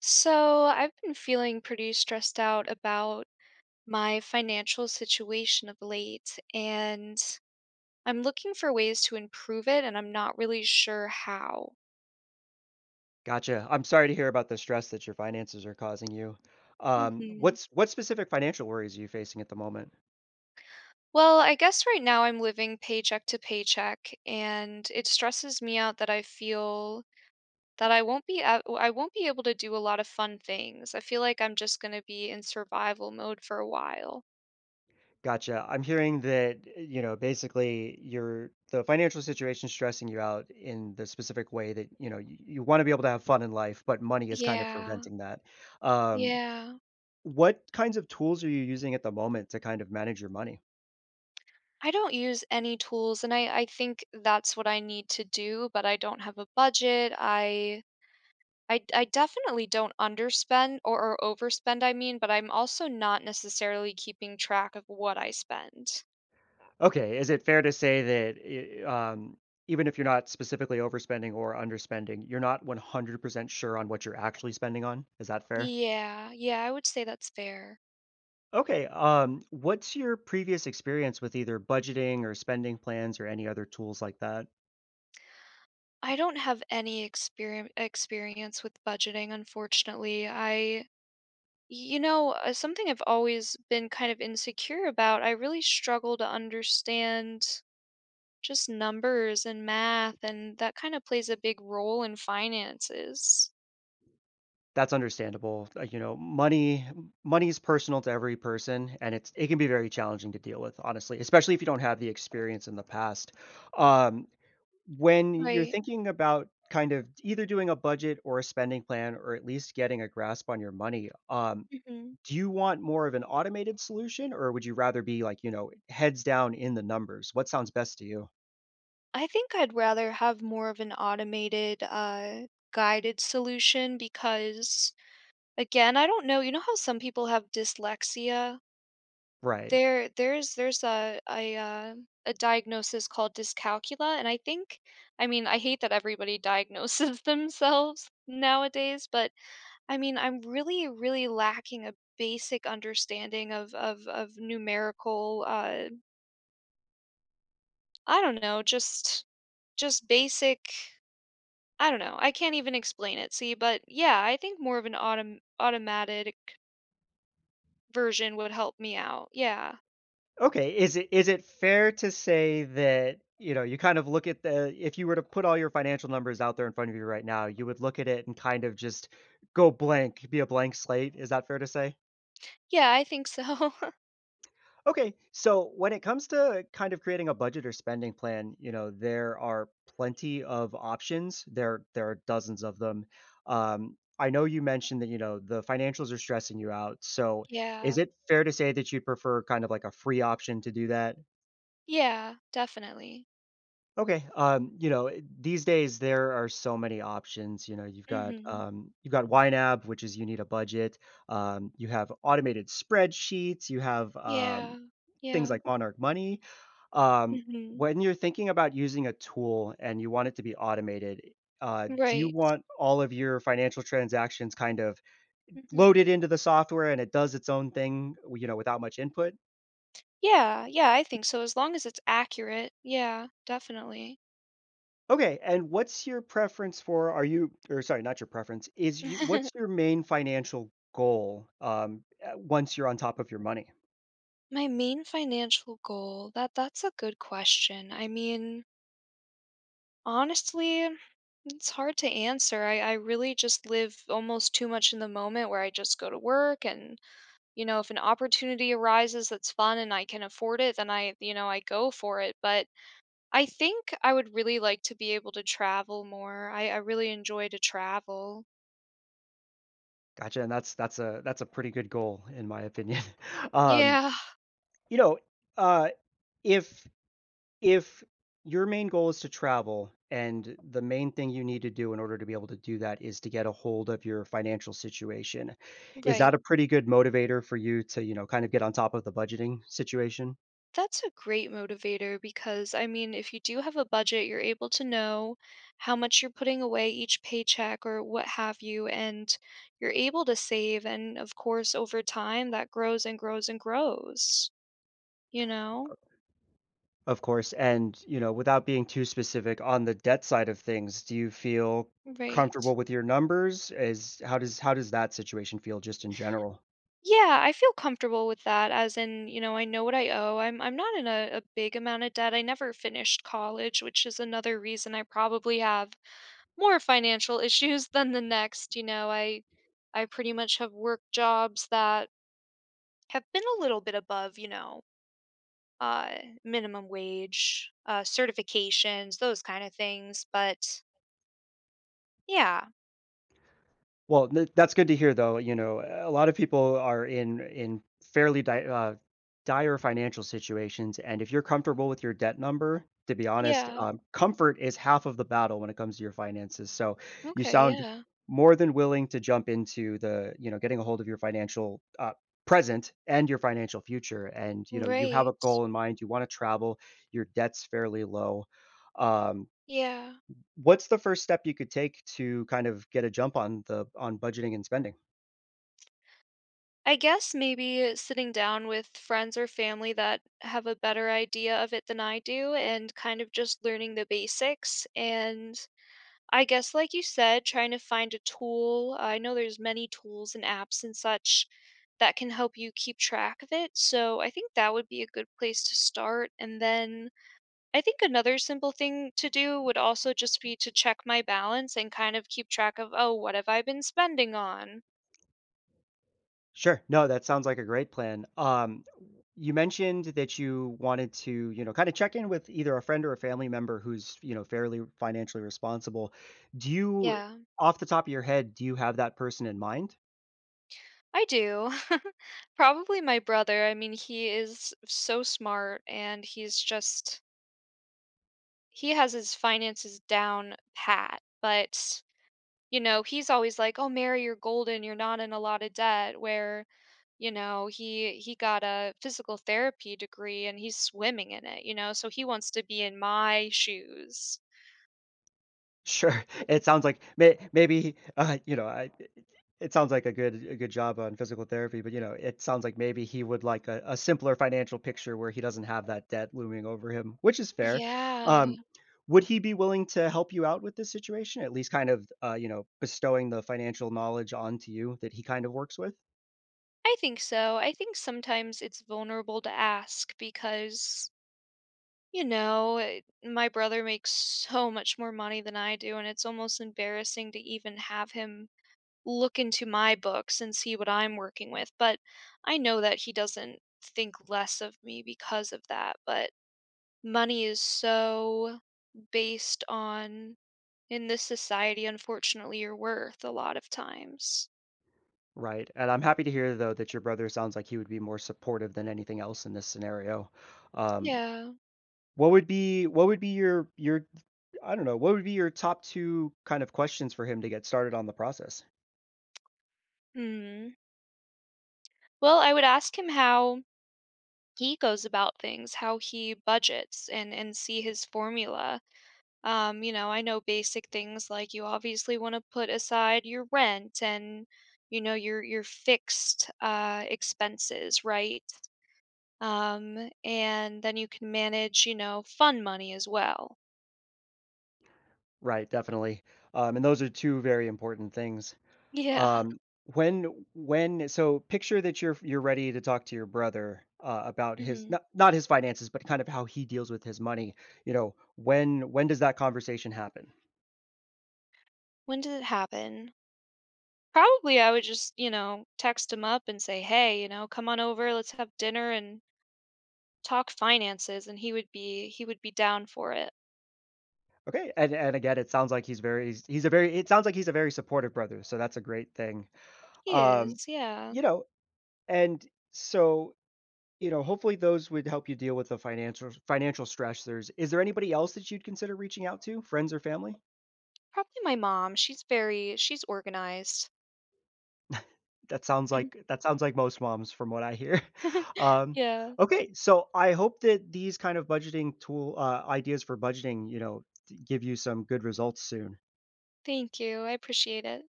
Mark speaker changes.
Speaker 1: So, I've been feeling pretty stressed out about my financial situation of late, and I'm looking for ways to improve it, and I'm not really sure how.
Speaker 2: Gotcha. I'm sorry to hear about the stress that your finances are causing you. Um,
Speaker 1: hmm
Speaker 2: what's what specific financial worries are you facing at the moment?
Speaker 1: Well, I guess right now I'm living paycheck to paycheck, and it stresses me out that I feel that I won't be able to do a lot of fun things. I feel like I'm just going to be in survival mode for a while.
Speaker 2: Gotcha. I'm hearing that, you know, basically your the financial situation is stressing you out in the specific way that, you know, you want to be able to have fun in life, but money is kind of
Speaker 1: Yeah.
Speaker 2: preventing that. Um,
Speaker 1: Yeah.
Speaker 2: what kinds of tools are you using at the moment to kind of manage your money?
Speaker 1: I don't use any tools, and I think that's what I need to do, but I don't have a budget. I definitely don't underspend or overspend, I mean, but I'm also not necessarily keeping track of what I spend.
Speaker 2: Okay, is it fair to say that, I even if you're not specifically overspending or underspending, you're not 100% sure on what you're actually spending on? Is that fair?
Speaker 1: Yeah, yeah, I would say that's fair.
Speaker 2: Okay, what's your previous experience with either budgeting or spending plans or any other tools like that?
Speaker 1: I don't have any experience with budgeting, unfortunately. Something I've always been kind of insecure about. I really struggle to understand just numbers and math, and that kinda plays a big role in finances.
Speaker 2: That's understandable. You know, money is personal to every person, and it can be very challenging to deal with, honestly, especially if you don't have the experience in the past. Um, When you're
Speaker 1: Right.
Speaker 2: thinking about kind of either doing a budget or a spending plan or at least getting a grasp on your money,
Speaker 1: Mhm.
Speaker 2: do you want more of an automated solution or would you rather be like, you know, heads down in the numbers? What sounds best to you?
Speaker 1: I think I'd rather have more of an automated, guided solution because, again, I don't know, you know how some people have dyslexia?
Speaker 2: Right.
Speaker 1: There's a diagnosis called dyscalculia, and I think, I mean, I hate that everybody diagnoses themselves nowadays, but I mean, I'm really, really lacking a basic understanding of numerical, I don't know, just basic, I don't know, I can't even explain it, see, but yeah, I think more of an automatic version would help me out, yeah.
Speaker 2: Okay. Is it fair to say that, you know, you kind of look at the if you were to put all your financial numbers out there in front of you right now, you would look at it and kind of just go blank, be a blank slate. Is that fair to say?
Speaker 1: Yeah, I think so.
Speaker 2: Okay, so when it comes to kind of creating a budget or spending plan, you know, there are plenty of options. There are dozens of them. I know you mentioned that you know the financials are stressing you out. So,
Speaker 1: Yeah.
Speaker 2: is it fair to say that you prefer kind of like a free option to do that?
Speaker 1: Yeah, definitely.
Speaker 2: Okay, you know, these days there are so many options. You know, you've got
Speaker 1: Mhm.
Speaker 2: um, you've got YNAB, which is you need a budget. You have automated spreadsheets. You have um,
Speaker 1: Yeah.
Speaker 2: things
Speaker 1: Yeah.
Speaker 2: like Monarch Money.
Speaker 1: Mhm.
Speaker 2: When you're thinking about using a tool and you want it to be automated, do you
Speaker 1: Right.
Speaker 2: want all of your financial transactions kind of
Speaker 1: Mhm.
Speaker 2: loaded into the software and it does its own thing, you know, without much input?
Speaker 1: Yeah, yeah, I think so, as long as it's accurate, yeah, definitely.
Speaker 2: Okay, and what's your preference for? Are you, or sorry, not your preference, is you, What's your main financial goal once you're on top of your money?
Speaker 1: My main financial goal, that's a good question. I mean, honestly, it's hard to answer. I really just live almost too much in the moment where I just go to work and, you know, if an opportunity arises that's fun and I can afford it, then I go for it. But I think I would really like to be able to travel more. I really enjoy to travel.
Speaker 2: Gotcha, and that's a pretty good goal in my opinion. um,
Speaker 1: Yeah,
Speaker 2: you know, uh, if If your main goal is to travel, and the main thing you need to do in order to be able to do that is to get a hold of your financial situation, is
Speaker 1: right.
Speaker 2: that a pretty good motivator for you to, you know, kind of get on top of the budgeting situation?
Speaker 1: That's a great motivator because, I mean, if you do have a budget, you're able to know how much you're putting away each paycheck or what have you, and you're able to save. And of course, over time, that grows and grows and grows, you know?
Speaker 2: Of course, and, you know, without being too specific on the debt side of things, do you feel
Speaker 1: Right.
Speaker 2: comfortable with your numbers? Is how does that situation feel just in general?
Speaker 1: Yeah, I feel comfortable with that as in, you know, I know what I owe. I'm not in a big amount of debt. I never finished college, which is another reason I probably have more financial issues than the next, you know. I pretty much have worked jobs that have been a little bit above, you know, uh minimum wage, certifications, those kind of things, but yeah.
Speaker 2: Well, th that's good to hear though. You know, a lot of people are in fairly di dire financial situations, and if you're comfortable with your debt number, to be honest,
Speaker 1: Yeah.
Speaker 2: comfort is half of the battle when it comes to your finances. So you
Speaker 1: Okay,
Speaker 2: sound
Speaker 1: yeah.
Speaker 2: more than willing to jump into the, you know, getting a hold of your financial present and your financial future. And, you know, you have
Speaker 1: Right.
Speaker 2: a goal in mind, you want to travel, your debt's fairly low. Um,
Speaker 1: Yeah.
Speaker 2: What's the first step you could take to kind of get a jump on the on budgeting and spending?
Speaker 1: I guess maybe sitting down with friends or family that have a better idea of it than I do, and kind of just learning the basics, and I guess, like you said, trying to find a tool. I know there's many tools and apps and such that can help you keep track of it. So I think that would be a good place to start. And then I think another simple thing to do would also just be to check my balance and kind of keep track of, oh, what have I been spending on?
Speaker 2: Sure. No, that sounds like a great plan. You mentioned that you wanted to, you know, kind of check in with either a friend or a family member who's, you know, fairly financially responsible. Do you,
Speaker 1: Yeah,
Speaker 2: off the top of your head, do you have that person in mind?
Speaker 1: I do. Probably my brother. I mean, he is so smart, and he's just, he has his finances down pat. But you know, he's always like, "Oh, Mary, you're golden. You're not in a lot of debt." Where, you know, he got a physical therapy degree and he's swimming in it, you know, so he wants to be in my shoes.
Speaker 2: Sure. It sounds like maybe, you know, I it it sounds like a good job on physical therapy, but, you know, it sounds like maybe he would like a simpler financial picture where he doesn't have that debt looming over him, which is fair.
Speaker 1: Yeah,
Speaker 2: Um, would he be willing to help you out with this situation? At least kind of, you know, bestowing the financial knowledge onto you that he kind of works with?
Speaker 1: I think so. I think sometimes it's vulnerable to ask because, my brother makes so much more money than I do, and it's almost embarrassing to even have him look into my books and see what I'm working with, but I know that he doesn't think less of me because of that, but money is so based on, in this society, unfortunately, your worth a lot of times.
Speaker 2: Right, and I'm happy to hear, though, that your brother sounds like he would be more supportive than anything else in this scenario. Um,
Speaker 1: Yeah.
Speaker 2: what would be what would be your I don't know. What would be your top 2 kind of questions for him to get started on the process?
Speaker 1: Mhm. Well, I would ask him how he goes about things, how he budgets, and see his formula. You know, I know basic things like you obviously want to put aside your rent and, you know, your fixed expenses, right? And then you can manage, you know, fun money as well.
Speaker 2: Right, definitely. And those are 2 very important things.
Speaker 1: Yeah.
Speaker 2: Um, when so picture that you're ready to talk to your brother, about his
Speaker 1: hmm
Speaker 2: not his finances, but kind of how he deals with his money. You know, when does that conversation happen?
Speaker 1: When did it happen? Probably I would just, you know, text him up and say, "Hey, you know, come on over, let's have dinner and talk finances." And he would be down for it.
Speaker 2: Okay, and again, it sounds like he's very he's a very it sounds like he's a very supportive brother, so that's a great thing.
Speaker 1: He
Speaker 2: Um,
Speaker 1: is, yeah.
Speaker 2: you know, and so You know, hopefully those would help you deal with the financial stressors. Is there anybody else that you'd consider reaching out to, friends or family?
Speaker 1: Probably my mom. She's organized.
Speaker 2: That sounds like that sounds like most moms from what I hear. Um,
Speaker 1: yeah.
Speaker 2: okay, so I hope that these kind of budgeting tool ideas for budgeting, you know, give you some good results soon.
Speaker 1: Thank you. I appreciate it.